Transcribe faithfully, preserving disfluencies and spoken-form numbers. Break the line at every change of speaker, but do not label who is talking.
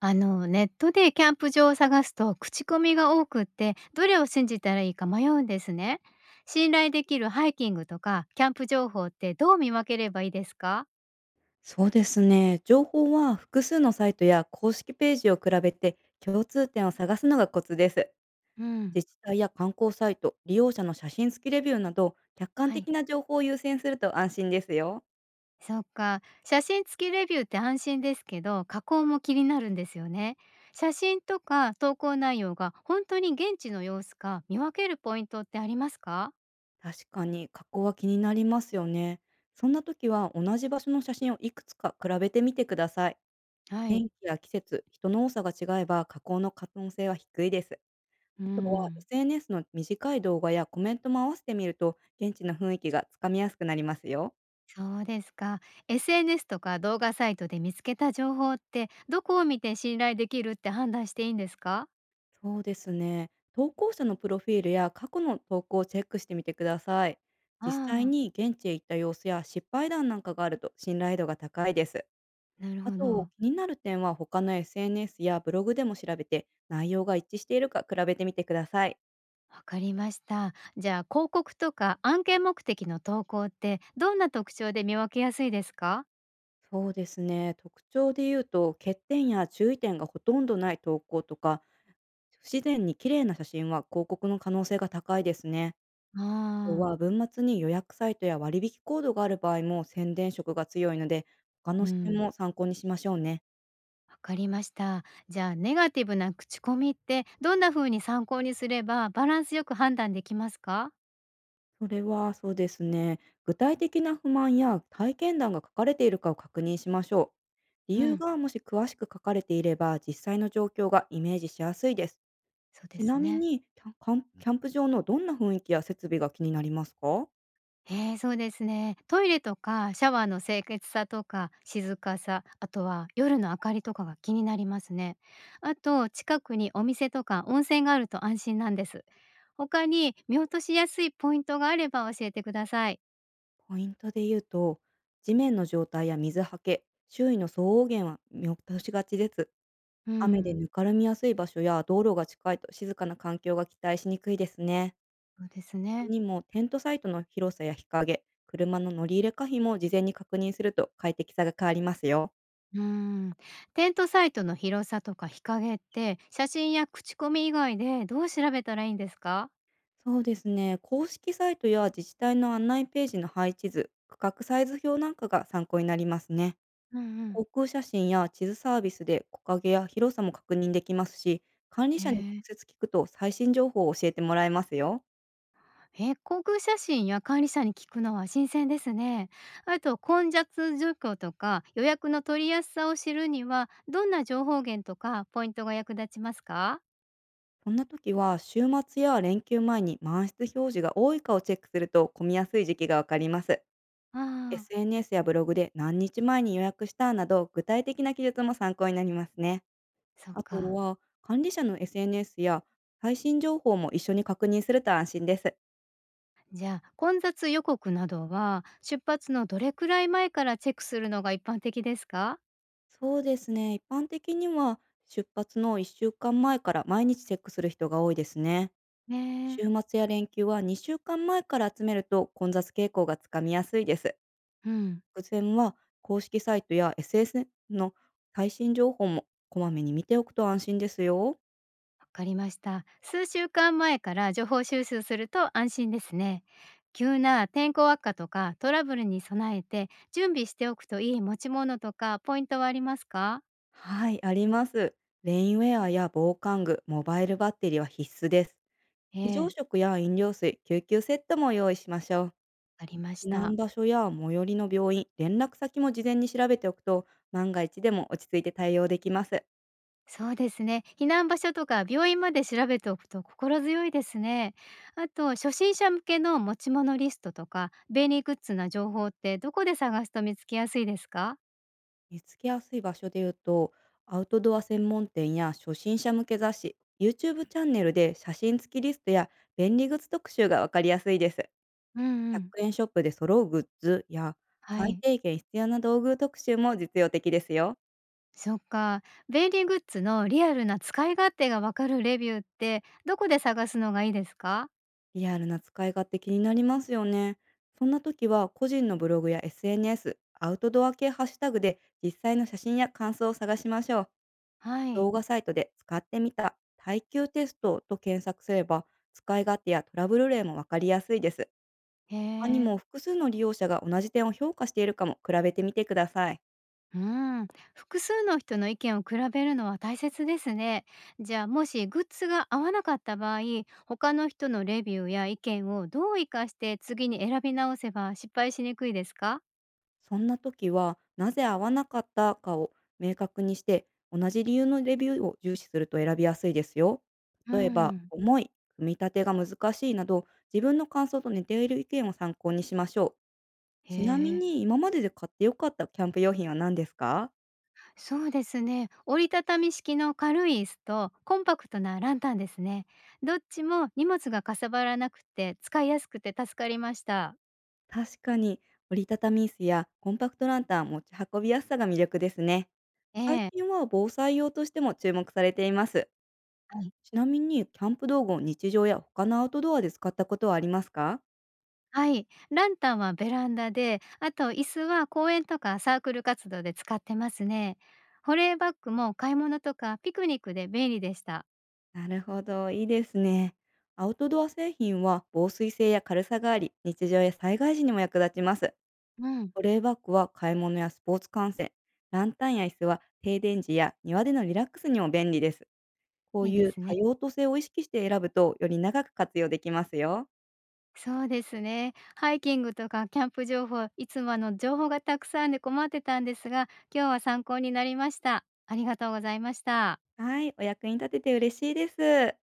あの、ネットでキャンプ場を探すと口コミが多くって、どれを信じたらいいか迷うんですね。信頼できるハイキングとかキャンプ情報ってどう見分ければいいですか？
そうですね。情報は複数のサイトや公式ページを比べて共通点を探すのがコツです。
うん、
自治体や観光サイト、利用者の写真付きレビューなど客観
は
的
い。
な情報を優先すると安心ですよ。
そっか。写真付きレビューって安心ですけど、加工も気になるんですよね。写真とか投稿内容が本当に現地の様子か見分けるポイントってありますか？
確かに加工は気になりますよね。そんな時は同じ場所の写真をいくつか比べてみてください。
はい。
天気や季節、人の多さが違えば加工の可能性は低いです。
う
あとは
ん。
エスエヌエス の短い動画やコメントも合わせてみると現地の雰囲気がつかみやすくなりますよ。
そうですか。エスエヌエス とか動画サイトで見つけた情報ってどこを見て信頼できるって判断していいんですか？
そうですね。投稿者のプロフィールや過去の投稿をチェックしてみてください。
あ
実際
あ、
に現地へ行った様子や失敗談なんかがあると信頼度が高いです。
なる
あ
ほ
と、
ど。
気になる点は他の エスエヌエス やブログでも調べて内容が一致しているか比べてみてください。
わかりました。じゃあ広告とか案件目的の投稿ってどんな特徴で見分けやすいですか？
そうですね。特徴で言うと、欠点や注意点がほとんどない投稿とか、不自然に綺麗な写真は広告の可能性が高いですね。と
ああ、
は文末に予約サイトや割引コードがある場合も宣伝色が強いので、他の
う
視点
ん。
も参考にしましょうね。
わかりました。じゃあネガティブな口コミってどんな風に参考にすればバランスよく判断できますか？
それはそうですね。具体的な不満や体験談が書かれているかを確認しましょう。理
う
由
ん、
がもし詳しく書かれていれば、実際の状況がイメージしやすいです。
そうで
ち
す
なみ
ね。
に、キャンカンキャンプ場のどんな雰囲気や設備が気になりますか？
ええ、そうですね。トイレとかシャワーの清潔さとか静かさ、あとは夜の明かりとかが気になりますね。あと近くにお店とか温泉があると安心なんです。他に見落としやすいポイントがあれば教えてください。
ポイントで言うと、地面の状態や水はけ、周囲の騒音源は見落としがちです。
う
雨で
ん、
ぬかるみやすい場所や道路が近いと静かな環境が期待しにくいですね。
そうです
他
ね。
にもテントサイトの広さや日陰、車の乗り入れ可否も事前に確認すると快適さが変わりますよ。
うん。テントサイトの広さとか日陰って写真や口コミ以外でどう調べたらいいんですか？
そうですね。公式サイトや自治体の案内ページの配置図、区画サイズ表なんかが参考になりますね。
うんうん。
航空写真や地図サービスで木陰や広さも確認できますし、管理
へ
者に直
え。
接聞くと最新情報を教えてもらえますよ。
え、航空写真や管理者に聞くのは新鮮ですね。あと混雑状況とか予約の取りやすさを知るにはどんな情報源とかポイントが役立ちますか？
そんな時は週末や連休前に満室表示が多いかをチェックすると混みやすい時期がわかります。
ああ、
エスエヌエス やブログで何日前に予約したなど具体的な記述も参考になりますね。
そっ
あと
か。
は管理者の エスエヌエス や最新情報も一緒に確認すると安心です。
じゃあ混雑予告などは出発のどれくらい前からチェックするのが一般的ですか？
そうですね。一般的には出発のいっしゅうかんまえかんまえから毎日チェックする人が多いですね。
ね
週
え。
末や連休はにしゅうかんまえかんまえから集めると混雑傾向がつかみやすいです。
うん。
偶然は公式サイトや エスエス の最新情報もこまめに見ておくと安心ですよ。
わかりました。数週間前から情報収集すると安心ですね。急な天候悪化とかトラブルに備えて準備しておくといい持ち物とかポイントはありますか？
はい、あります。レインウェアや防寒具、モバイルバッテリーは必須です。
え
非常
え、
食や飲料水、救急セットも用意しましょ
わかりま
う。
し
避難
た。
場所や最寄りの病院、連絡先も事前に調べておくと、万が一でも落ち着いて対応できます。
そうですね。避難場所とか病院まで調べておくと心強いですね。あと、初心者向けの持ち物リストとか便利グッズな情報ってどこで探すと見つけやすいですか？
見つけやすい場所で言うと、アウトドア専門店や初心者向け雑誌、YouTube チャンネルで写真付きリストや便利グッズ特集がわかりやすいです。
うんう
100
ん。
円ショップで揃うグッズや
は
最
い。
低限必要な道具特集も実用的ですよ。
そっか。便利グッズのリアルな使い勝手がわかるレビューってどこで探すのがいいですか？
リアルな使い勝手気になりますよね。そんな時は個人のブログや エスエヌエス、アウトドア系ハッシュタグで実際の写真や感想を探しましょう。
はい。
動画サイトで使ってみた耐久テストと検索すれば、使い勝手やトラブル例もわかりやすいです。
へ
他に
え。
も複数の利用者が同じ点を評価しているかも比べてみてください。
うん。複数の人の意見を比べるのは大切ですね。じゃあもしグッズが合わなかった場合、他の人のレビューや意見をどう活かして次に選び直せば失敗しにくいですか？
そんな時は、なぜ合わなかったかを明確にして、同じ理由のレビューを重視すると選びやすいですよ。
う
例えば、
ん。
重い、組み立てが難しいなど、自分の感想と似ている意見を参考にしましょう。
へ
ちなみ
え。
に、今までで買ってよかったキャンプ用品は何ですか？
そうですね。折りたたみ式の軽い椅子とコンパクトなランタンですね。どっちも荷物がかさばらなくて使いやすくて助かりました。
確かに、折りたたみ椅子やコンパクトランタン、持ち運びやすさが魅力ですね。最
ええ。
近は防災用としても注目されています。
はい。
ちなみに、キャンプ道具を日常や他のアウトドアで使ったことはありますか？
はい。ランタンはベランダで、あと椅子は公園とかサークル活動で使ってますね。保冷バッグも買い物とかピクニックで便利でした。
なるほど、いいですね。アウトドア製品は防水性や軽さがあり、日常や災害時にも役立ちます。
うん。
保冷バッグは買い物やスポーツ観戦、ランタンや椅子は停電時や庭でのリラックスにも便利です。こう
いい
い
で
う
すね。
多様と性を意識して選ぶと、より長く活用できますよ。
そうですね。ハイキングとかキャンプ情報、いつもあの情報がたくさんで困ってたんですが、今日は参考になりました。ありがとうございました。
はい、お役に立てて嬉しいです。